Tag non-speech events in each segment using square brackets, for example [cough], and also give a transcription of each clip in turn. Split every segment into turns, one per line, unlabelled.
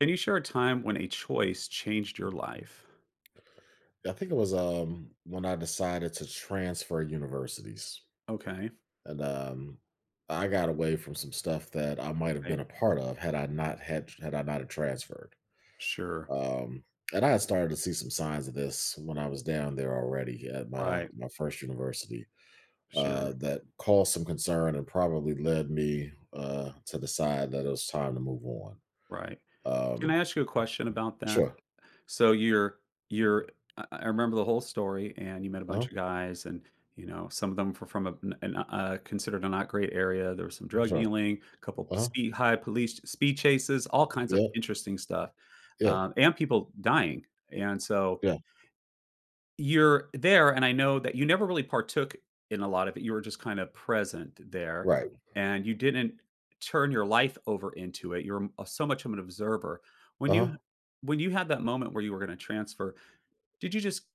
Can you share a time when a choice changed your life?
I think it was when I decided to transfer universities.
Okay.
And I got away from some stuff that I might have been
Right.
a part of had I not had transferred.
Sure.
Um and I had started to see some signs of this when I was down there already at my
Right.
my first university.
Sure.
That caused some concern and probably led me to decide that it was time to move on.
Right. Can
Um,
I ask you a question about that?
sure.
So you're I remember the whole story and you met a
Uh-huh.
bunch of guys and you know some of them were from an considered a not great area. There was some drug
Sure.
dealing, a couple
Uh-huh.
speed high police speed chases, all kinds of
Yeah.
interesting stuff,
Yeah.
and people dying. And so
Yeah.
you're there, and I know that you never really partook in a lot of it. You were just kind of present there,
Right.
and you didn't turn your life over into it. You're so much of an observer. When
Uh
you
huh.
when you had that moment where you were going to transfer, did you just,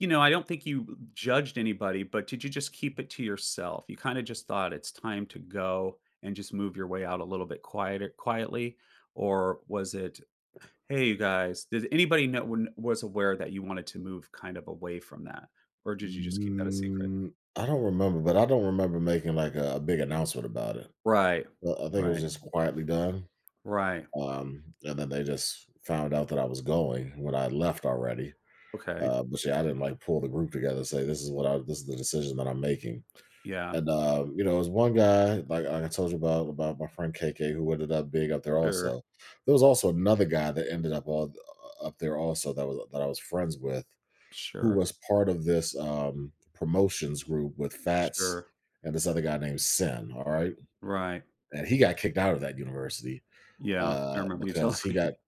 you know, I don't think you judged anybody, but did you just keep it to yourself? You kind of just thought it's time to go and just move your way out a little bit quieter quietly, or was it, hey, you guys, did anybody know when was aware that you wanted to move kind of away from that? Or did you just keep that a secret?
I don't remember, but I don't remember making like a big announcement about it.
Right.
I think it was
Right.
just quietly done,
Right.
and then they just found out that I was going when I left already.
Okay.
But yeah, I didn't like pull the group together and say this is the decision that I'm making.
Yeah.
And you know, it was one guy like I told you about my friend KK who ended up being up there
Sure.
also. There was also another guy that ended up all up there also that I was friends with who
Sure.
was part of this promotions group with Fats
Sure.
and this other guy named Sin. All right,
Right.
and he got kicked out of that university
Yeah, I remember you telling
because
[laughs]
he got,
me.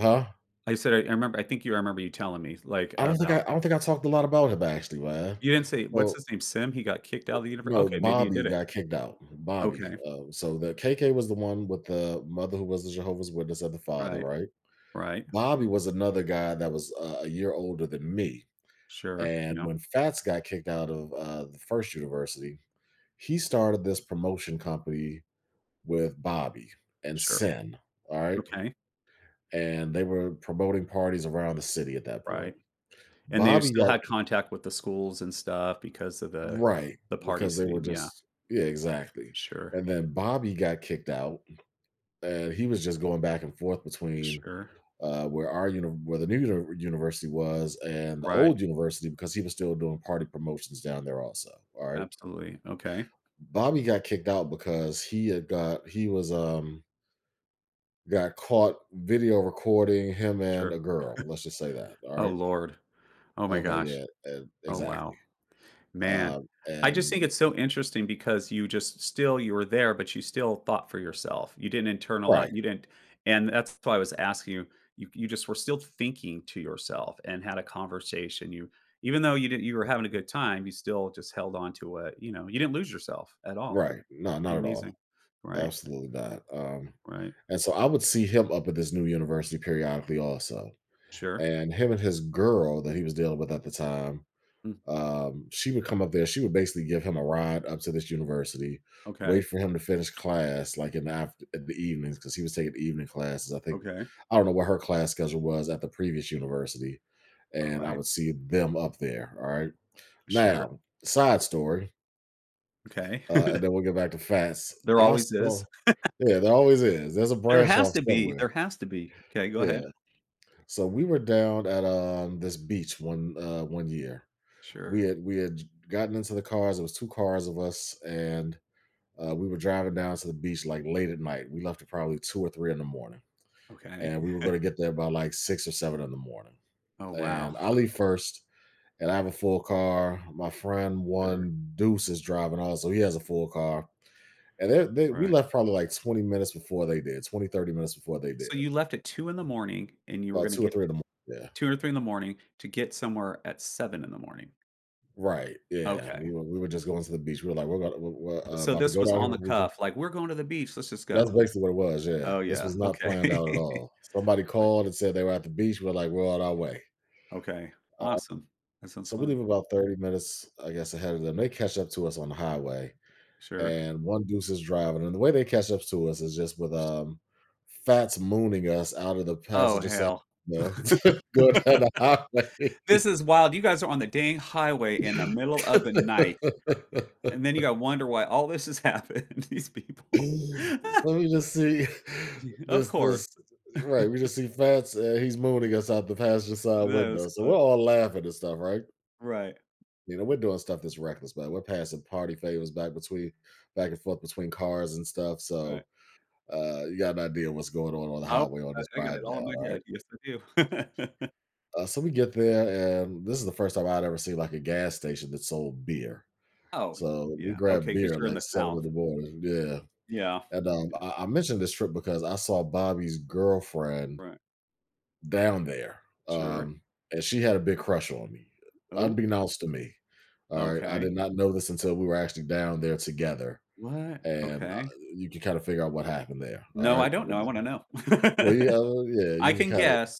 huh?
I said, I remember, I think you I remember you telling me like
I don't think
about,
I don't think I talked a lot about him actually, man.
you didn't say, what's
So
his name? Sim? He got kicked out of the universe.
no,
Okay. Maybe you
Bobby
did it.
got kicked out. Bobby.
Okay.
So the KK was the one with the mother who was the Jehovah's Witness and the father,
Right.
right?
Right.
Bobby was another guy that was a year older than me.
Sure.
And
Yeah.
when Fats got kicked out of the first university, he started this promotion company with Bobby and
Sure.
Sin. All right.
Okay.
And they were promoting parties around the city at that point.
Right. And they
Bobby
still
got
had
ki-
contact with the schools and stuff because of
right,
the party
because they were
scene, yeah.
just, yeah, exactly.
Sure,
And then Bobby got kicked out, and he was just going back and forth between
sure.
where the new university was and the
Right,
old university because he was still doing party promotions down there also. All right.
absolutely, okay,
Bobby got kicked out because he was got caught video recording him and
sure.
a girl, let's just say that, all
Oh,
right?
lord. Oh, my
Okay,
gosh.
yeah, and
Oh,
exactly,
wow. Man, I just
and
think it's so interesting because you just still you were there, but you still thought for yourself. You didn't internalize
right,
you didn't and that's why I was asking you, you just were still thinking to yourself and had a conversation. You, even though you didn't, you were having a good time, you still just held on to it, you know, you didn't lose yourself at all.
right, no, not
Pretty
at all,
amazing. Right,
absolutely not,
right.
and so I would see him up at this new university periodically also,
Sure.
and him and his girl that he was dealing with at the time
Mm,
she would come up there. She would basically give him a ride up to this university, wait
okay,
for him to finish class, like in the after in the evenings, because he was taking evening classes. I think
okay,
I don't know what her class schedule was at the previous university, and I
alright,
would see them up there. All right.
sure,
Now, side story,
okay. [laughs]
and then we'll get back to Fats.
There
I
always
saw,
is.
yeah, there always is. There's a
There
branch
has
off
to be,
somewhere.
there has to be. Okay, go
Yeah.
ahead.
So we were down at this beach one one year,
Sure,
we had gotten into the cars. It was two cars of us, and we were driving down to the beach like late at night. We left at probably two or three in the morning,
okay.
and we were
[laughs]
going to get there by like six or seven in the morning.
Oh, wow.
And I leave first, and I have a full car. My friend
Sure,
one Deuce is driving also; he has a full car. And we
right.
left probably like 20 minutes before they did, 20, 30 minutes before they
So
did,
you left at 2 in the morning and you were
about
gonna
two or
get
three in the morning.
2 or 3 in the morning to get somewhere at 7 in the morning.
Yeah, right. Yeah,
Okay.
we were just going to the beach. We were like, we're, gonna, we're
So
about to
this
go
was
down here
on
on
the
the weekend.
cuff, like, "We're going to the beach, let's just
That's
go."
basically what it was, yeah.
Oh,
This
yeah,
was not planned
okay.
out at
[laughs]
all. Somebody
Right.
called and said they were at the beach. We're like, we're on our way.
Okay,
Uh,
awesome. That sounds
so we
fun.
leave about 30 minutes, I guess, ahead of them. They catch up to us on the highway,
Sure.
and one deuce is driving. And the way they catch up to us is just with Fats mooning us out of the
Oh,
passenger side,
hell.
you know, [laughs] going down the highway.
This is wild. You guys are on the dang highway in the middle of the night, and
[laughs]
then you gotta wonder why all this has happened, [laughs] these people. [laughs]
So we just see [laughs]
Of
this
course.
right, we
[laughs]
just see Fats and he's mooning us out the passenger side
That
window.
was
So
fun.
we're all laughing and stuff, right?
Right,
You know, we're doing stuff that's reckless, man. We're passing party favors back and forth between cars and stuff.
right.
So you got an idea what's going on the
Oh,
highway on this
I got it
ride
all
down,
in
all
my
right?
head. Yes, I do. [laughs]
So we get there, and this is the first time I'd ever seen like a gas station that sold beer.
Oh,
So we
yeah.
grabbed
Okay, because
beer
'cause
at
you're in
like
the
seven in
South.
the morning. Yeah.
Yeah.
And
Yeah,
I mentioned this trip because I saw Bobby's girlfriend
right.
down there,
Sure.
um, and she had a big crush on me,
Oh,
unbeknownst to me. All right, I did
okay.
not know this until we were actually down there together,
What?
and
Okay.
you can kind of figure out what happened there. All
No, I
right,
don't
well,
know. I wanna know.
well, you,
[laughs]
yeah,
I
you
can
kind of,
guess.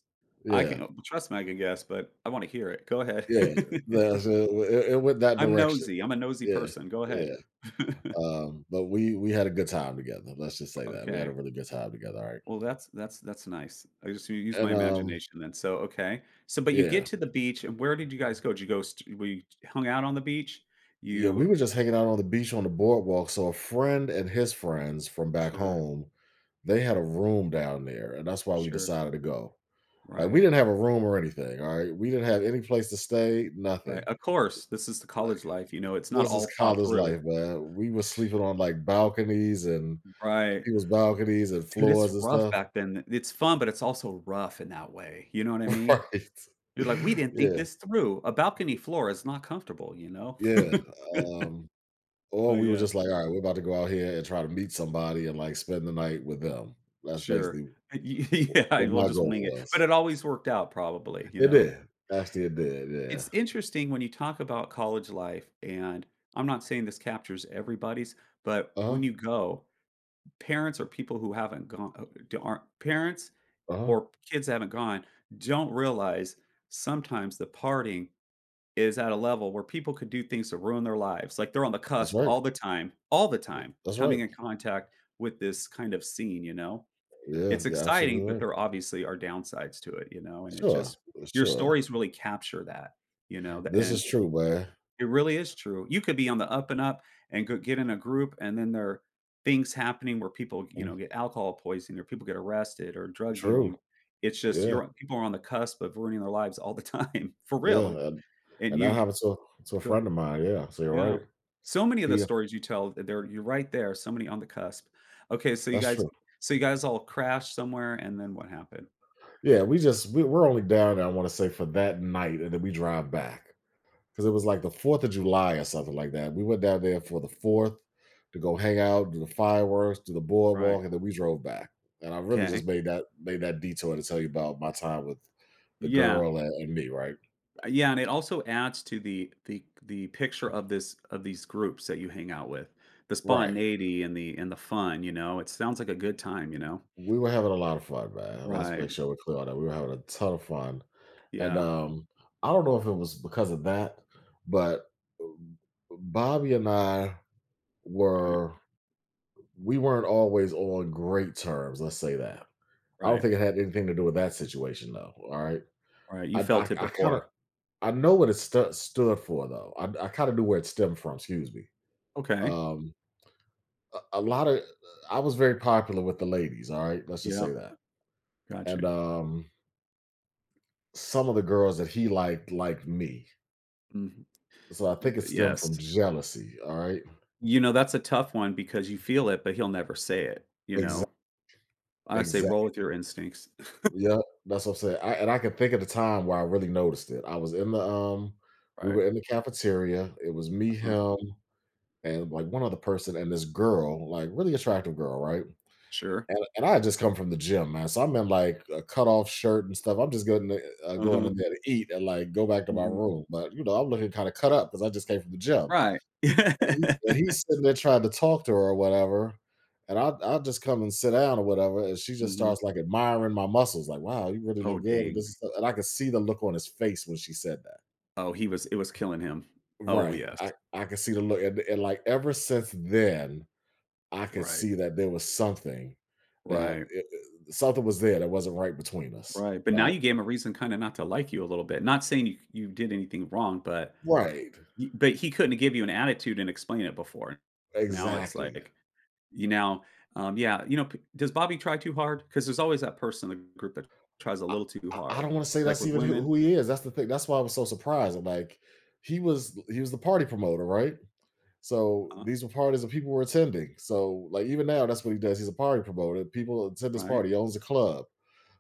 I
yeah,
can oh, trust me, I can guess, but I wanna hear it. Go ahead.
yeah, that's it, it went
[laughs]
that
I'm
direction.
nosy. I'm a nosy
Yeah,
person. Go ahead.
yeah.
[laughs]
But we had a good time together. Let's just say that we had a
Okay.
really good time together. All right,
Well, that's that's nice. I just use
and
my imagination then. So, okay. So, but you
yeah,
get to the beach, and where did you guys go? Did you go st we hung out on the beach?
Yeah, we
You
were just hanging out on the beach on the boardwalk. So a friend and his friends from back
sure,
home, they had a room down there, and that's why we
sure.
decided to go. Like
Right,
we didn't have a room or anything. All right, we didn't have any place to stay.
right.
Nothing.
Of course, this is the
Like
college life, you know, it's not
this is
all thought
college
through.
life, man. We were sleeping on like balconies and
Right.
people's balconies and
Dude, it's
floors and
rough
stuff.
back then. It's fun, but it's also rough in that way, you know what I
[laughs]
mean?
Right.
You're like, "We didn't think
Yeah.
this through. A balcony floor is not comfortable," you know?
Yeah.
[laughs]
Um, or
But
we were
yeah,
just like, all right, we're about to go out here and try to meet somebody and like spend the night with them. That's
sure.
basically
[laughs] Yeah,
what
we'll
my
just
goal
wing it, but
was.
it always worked out probably, you
It
know?
did. Actually, it did, yeah.
It's interesting when you talk about college life, and I'm not saying this captures everybody's, but
Uh-huh,
when you go, parents or people who haven't gone d aren't parents
uh-huh.
or kids that haven't gone don't realize sometimes the partying is at a level where people could do things to ruin their lives, like, they're on the
That's
cusp
right.
all the time,
That's right.
coming in contact with this kind of scene, you know?
Yeah,
It's
you're
exciting,
absolutely
but
right.
there obviously are downsides to it, you know, and it
Sure,
just your
sure.
stories really capture that, you know, the
This
and
is true, man.
it really is true. You could be on the up and up and go get in a group, and then there are things happening where people, you
Mm,
know, get alcohol poisoning or people get arrested or drug
true.
dealing. It's just
Yeah,
you're people are on the cusp of ruining their lives all the time, [laughs] for real,
yeah,
and
and that
you
happened to a
Go
friend of mine, yeah, so you're
yeah.
right.
So many of the
He
stories you tell, there you're right there, so many on the cusp. Okay, so you
That's
guys,
true.
so you guys all crashed somewhere, and then what happened?
Yeah, we we're only down there, I wanna say, for that night, and then we drive back, because it was like the Fourth of July or something like that. We went down there for the Fourth to go hang out, do the fireworks, do the
Right.
boardwalk, and then we drove back. And I really
Okay.
just made that detour to tell you about my time with the
Yeah.
girl and me. Right,
Yeah, and it also adds to the picture of this of these groups that you hang out with. The
right.
spontaneity and the fun, you know? It sounds like a good time, you know?
We were having a lot of fun, man. Let's
Right.
make sure we're clear on that. We were having a ton of fun, and
Yeah.
I don't know if it was because of that, but um, Bobby and I
Right.
were we weren't always on great terms. Let's say that I don't
Right.
think it had anything to do with that situation, though, all right?
Right. You
I I
felt it
I kinda
before.
I know what it stu stood for, though. I kinda knew where it stemmed from, excuse me.
Okay.
Um, a a lot of, I was very popular with the ladies, all right? Let's just
Yeah.
say that.
Got
And,
you.
some of the girls that he liked, liked me.
Mhm.
So I
Y
think it stemmed from
yes.
jealousy, all right?
You know, that's a tough one because you feel it, but he'll never say it, you
Exac
know? I say roll
exactly.
with your instincts. [laughs]
Yeah, that's what I'm saying. I And I can think of the time where I really noticed it. I was in the, We
Right.
were in the cafeteria. It was me,
Uh-huh.
him and like one other person and this girl, like really attractive girl, right?
Sure.
And I had just come from the gym, man. So I'm in like a cutoff shirt and stuff. I'm just going
Uh-huh.
in there to eat and like go back to my
Mhm.
room. But you know, I'm looking kind of cut up because I just came from the gym.
Right.
And,
[laughs]
he's sitting there trying to talk to her or whatever. And I just come and sit down or whatever, and she just
Mhm.
starts like admiring my muscles, like, "Wow, you really look
Oh,
good."
dang.
And I could see the look on his face when she said that.
Oh, he was it was killing him. Oh,
Right,
yes.
I could see the look, and like ever since then, I could
Right.
see that there was something that
Right.
it something was there that wasn't right between us,
Right. But now
alright?
you gave him a reason kinda not to like you a little bit. Not saying you did anything wrong, but
Right, right.
y but he couldn't give you an attitude and explain it before. Now it's
Exactly.
like You now yeah, you know, p does Bobby try too hard? Because there's always that person in the group that tries a
I
little too
I
hard.
don't wanna say
Like
that's
with
even
women,
who he is, that's the thing, that's why I was so surprised, I'm like, he was the party promoter, right? So
uh,
these were parties that people were attending. So, like, even now, that's what he does. He's a party promoter, people attend this
right?
party, he owns a club,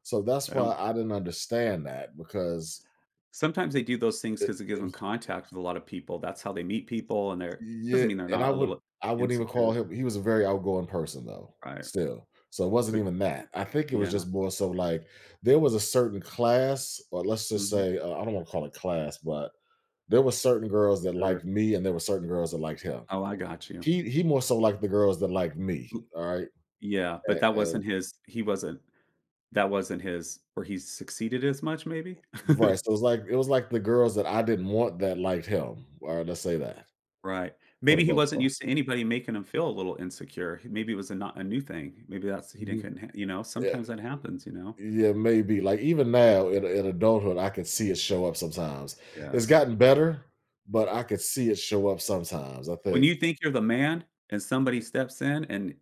so that's
They
why
don't
I didn't understand that because
sometimes they do those things
it
because it gives
it
them contact with a lot of people. That's how they meet people, and they're
Yeah,
doesn't mean they're
and I
not a
would
little
I wouldn't even call
insecure,
him. He was a very outgoing person though,
right?
still. So it wasn't
But
even that. I think it was
yeah,
just more so like there was a certain class, or let's just
mhm,
say, I don't want to call it class, but there were certain girls that
sure.
liked me, and there were certain girls that liked him.
Oh, I got you.
He more so liked the girls that liked me.
L
All right,
yeah, but
and,
that wasn't
and
his, he wasn't, that wasn't his where he succeeded as much maybe? [laughs]
right, so it was like the girls that I didn't want that liked him. All right, let's say that
Right.
for the
Maybe he
most
wasn't
part.
used to anybody making him feel a little insecure. Maybe it was a not a new thing. Maybe that's he didn't
Mhm.
couldn't you know, sometimes that happens, you know.
Yeah, maybe. Like even now in adulthood, I can see it show up sometimes. It's
Yes.
gotten better, but I could see it show up sometimes. I
When
think,
you think you're the man and somebody steps in and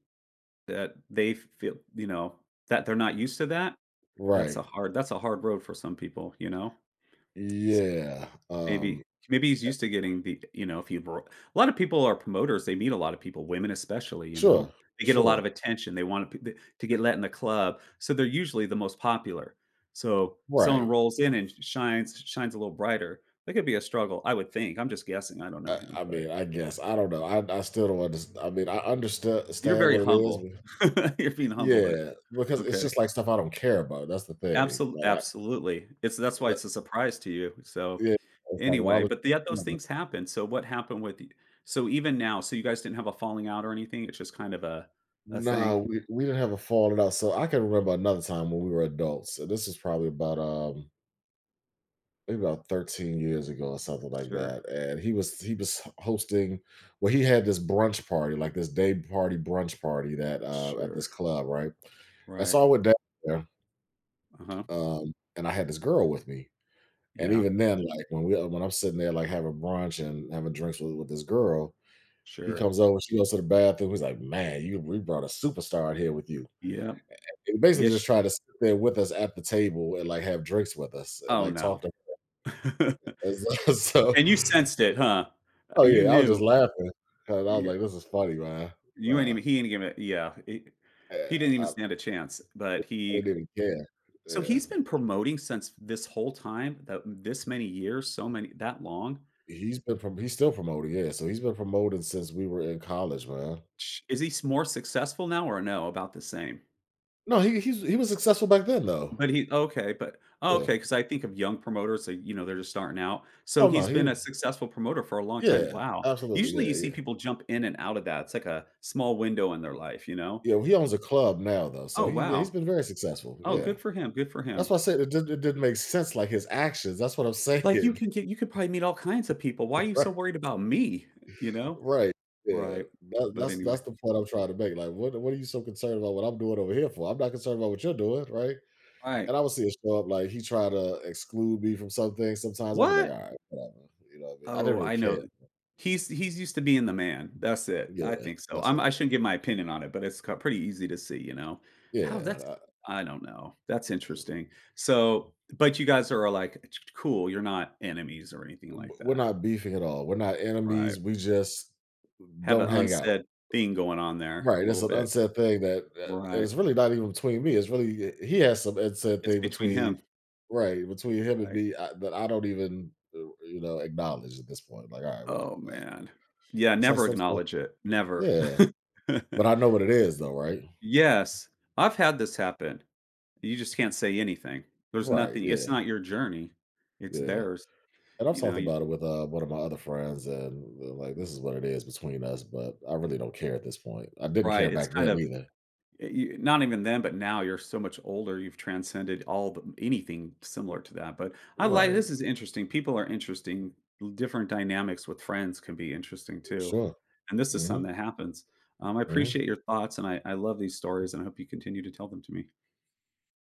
that they feel, you know, that they're not used to that, that's
right.
a hard that's a hard road for some people, you know.
Yeah.
Maybe, maybe he's used to getting the, you know, if you bro a lot of people are promoters, they meet a lot of people, women especially, you
Sure,
know? They get a lot
sure.
of attention, they want to p to get let in the club, so they're usually the most popular. So, someone
Right.
rolls in and shines a little brighter, that could be a struggle, I would think, I'm just guessing, I don't know
I,
him,
I
but
mean, I guess. I don't know. I still don't understand. I mean, I
you're
understand
very
what it is.
humble.
But
[laughs] You're being humble, but
yeah, because it's
okay.
just like stuff I don't care about. That's the thing.
Absolutely, absolutely. It's that's why
Th-
it's a surprise to you. So,
yeah, it's like why
anyway,
would
but yet
yeah.
those things happen. So what happened with you? So even now, so you guys didn't have a falling out or anything? It's just kind of a
No,
thing?
we didn't have a falling out. So I can remember another time when we were adults. And this was probably about maybe about 13 years ago or something like
Sure.
that. And he was hosting. Well, he had this brunch party, like this day party brunch party that at
Sure.
this club, right? And
Right.
so I went down there,
Uh-huh.
and I had this girl with me. And
Yeah.
even then, like when I'm sitting there like having brunch and having drinks with this girl, he
Sure.
comes over, she goes to the bathroom, he's like, "Man, you we brought a superstar in here with you."
Yeah,
He basically just
yes.
tried to sit there with us at the table and, like, have drinks with us and,
Oh,
like,
no.
talk to us.
[laughs]
[laughs] So
And you sensed it, huh?
oh,
You
yeah, I was just
knew.
laughing because I was
Yeah.
like, "This is funny, man."
You ain't
Wow.
even he ain't even, yeah.
Yeah,
He didn't even
I
stand a chance, but he,
didn't even care.
so
Yeah.
he's been promoting since this whole time, that mm, this many years, so many, that long.
He's still promoting, yeah, so he's been promoting since we were in college, man.
Sh Is he s more successful now or no? About the same?
No, he he was successful back then, though.
But he, okay, but oh,
Yeah.
okay, because I think of young promoters that, you know, they're just starting out. So
Oh, no,
he's
he
been
was.
a successful promoter for a long time.
Yeah,
Wow.
absolutely,
Usually
yeah,
you see
yeah.
people jump in and out of that. It's like a small window in their life, you know?
Yeah, well, he owns a club now, though, so
Oh,
he yeah, he's
wow.
been very successful,
Oh,
yeah.
good for him, good for
That's why
him.
I said it didn't make sense, like, his actions, that's what I'm
Like, you
saying. [laughs]
can get, you could probably meet all kinds of people. Why are you
Right,
so worried about me? You know?
right, yeah,
Right.
that
But
that's
anyway.
that's the point I'm trying to make, like, "What are you so concerned about what I'm doing over here for? I'm not concerned about what you're doing," right?
All right.
And I would see it show up, like, he tried to exclude me from something sometimes. I'd be like,
What?
"Alright, whatever," you know what I mean? I didn't
Oh,
really
I
care.
know. He's used to being the man. That's it.
Yeah,
I think so.
that's all.
I shouldn't give my opinion on it, but it's ca pretty easy to see, you know? How
Yeah,
that's
I
I don't know. That's interesting. So but you guys are like, cool, you're not enemies or anything like
w we're
that."
not beefing at all, we're not
Right.
enemies, we just
Have
don't
an
hang out.
unsaid thing going on there a
Right, it's
little
an
bit.
unsaid thing that and
Right.
it's really not even between me, it's really he has some unsaid
It's
thing
between
between
him,
right, between him and
right?
me, I that I don't even, you know, acknowledge at this point, like, "All right, whatever,
Oh,
man."
man. Yeah,
It's like
never
some stuff
acknowledge it. Never.
yeah,
[laughs]
but I know what it is though, right?
Yes. I've had this happen. You just can't say anything. There's
Right,
nothing, it's
yeah,
not your journey, it's
yeah,
theirs,
and I've
you know,
talked
you
about it with, one of my other friends, and they're like, "This is
mhm.
what it is between us," but I really don't care at this point. I didn't care
Right, it's
back
kind
then
of,
either.
you not even then, but now you're so much older, you've transcended all the anything similar to that, but I like
Right.
this is interesting, people are interesting, different dynamics with friends can be interesting too,
Sure.
and this is something
Mhm,
that happens. I
mhm.
appreciate your thoughts, and I love these stories, and I hope you continue to tell them to me.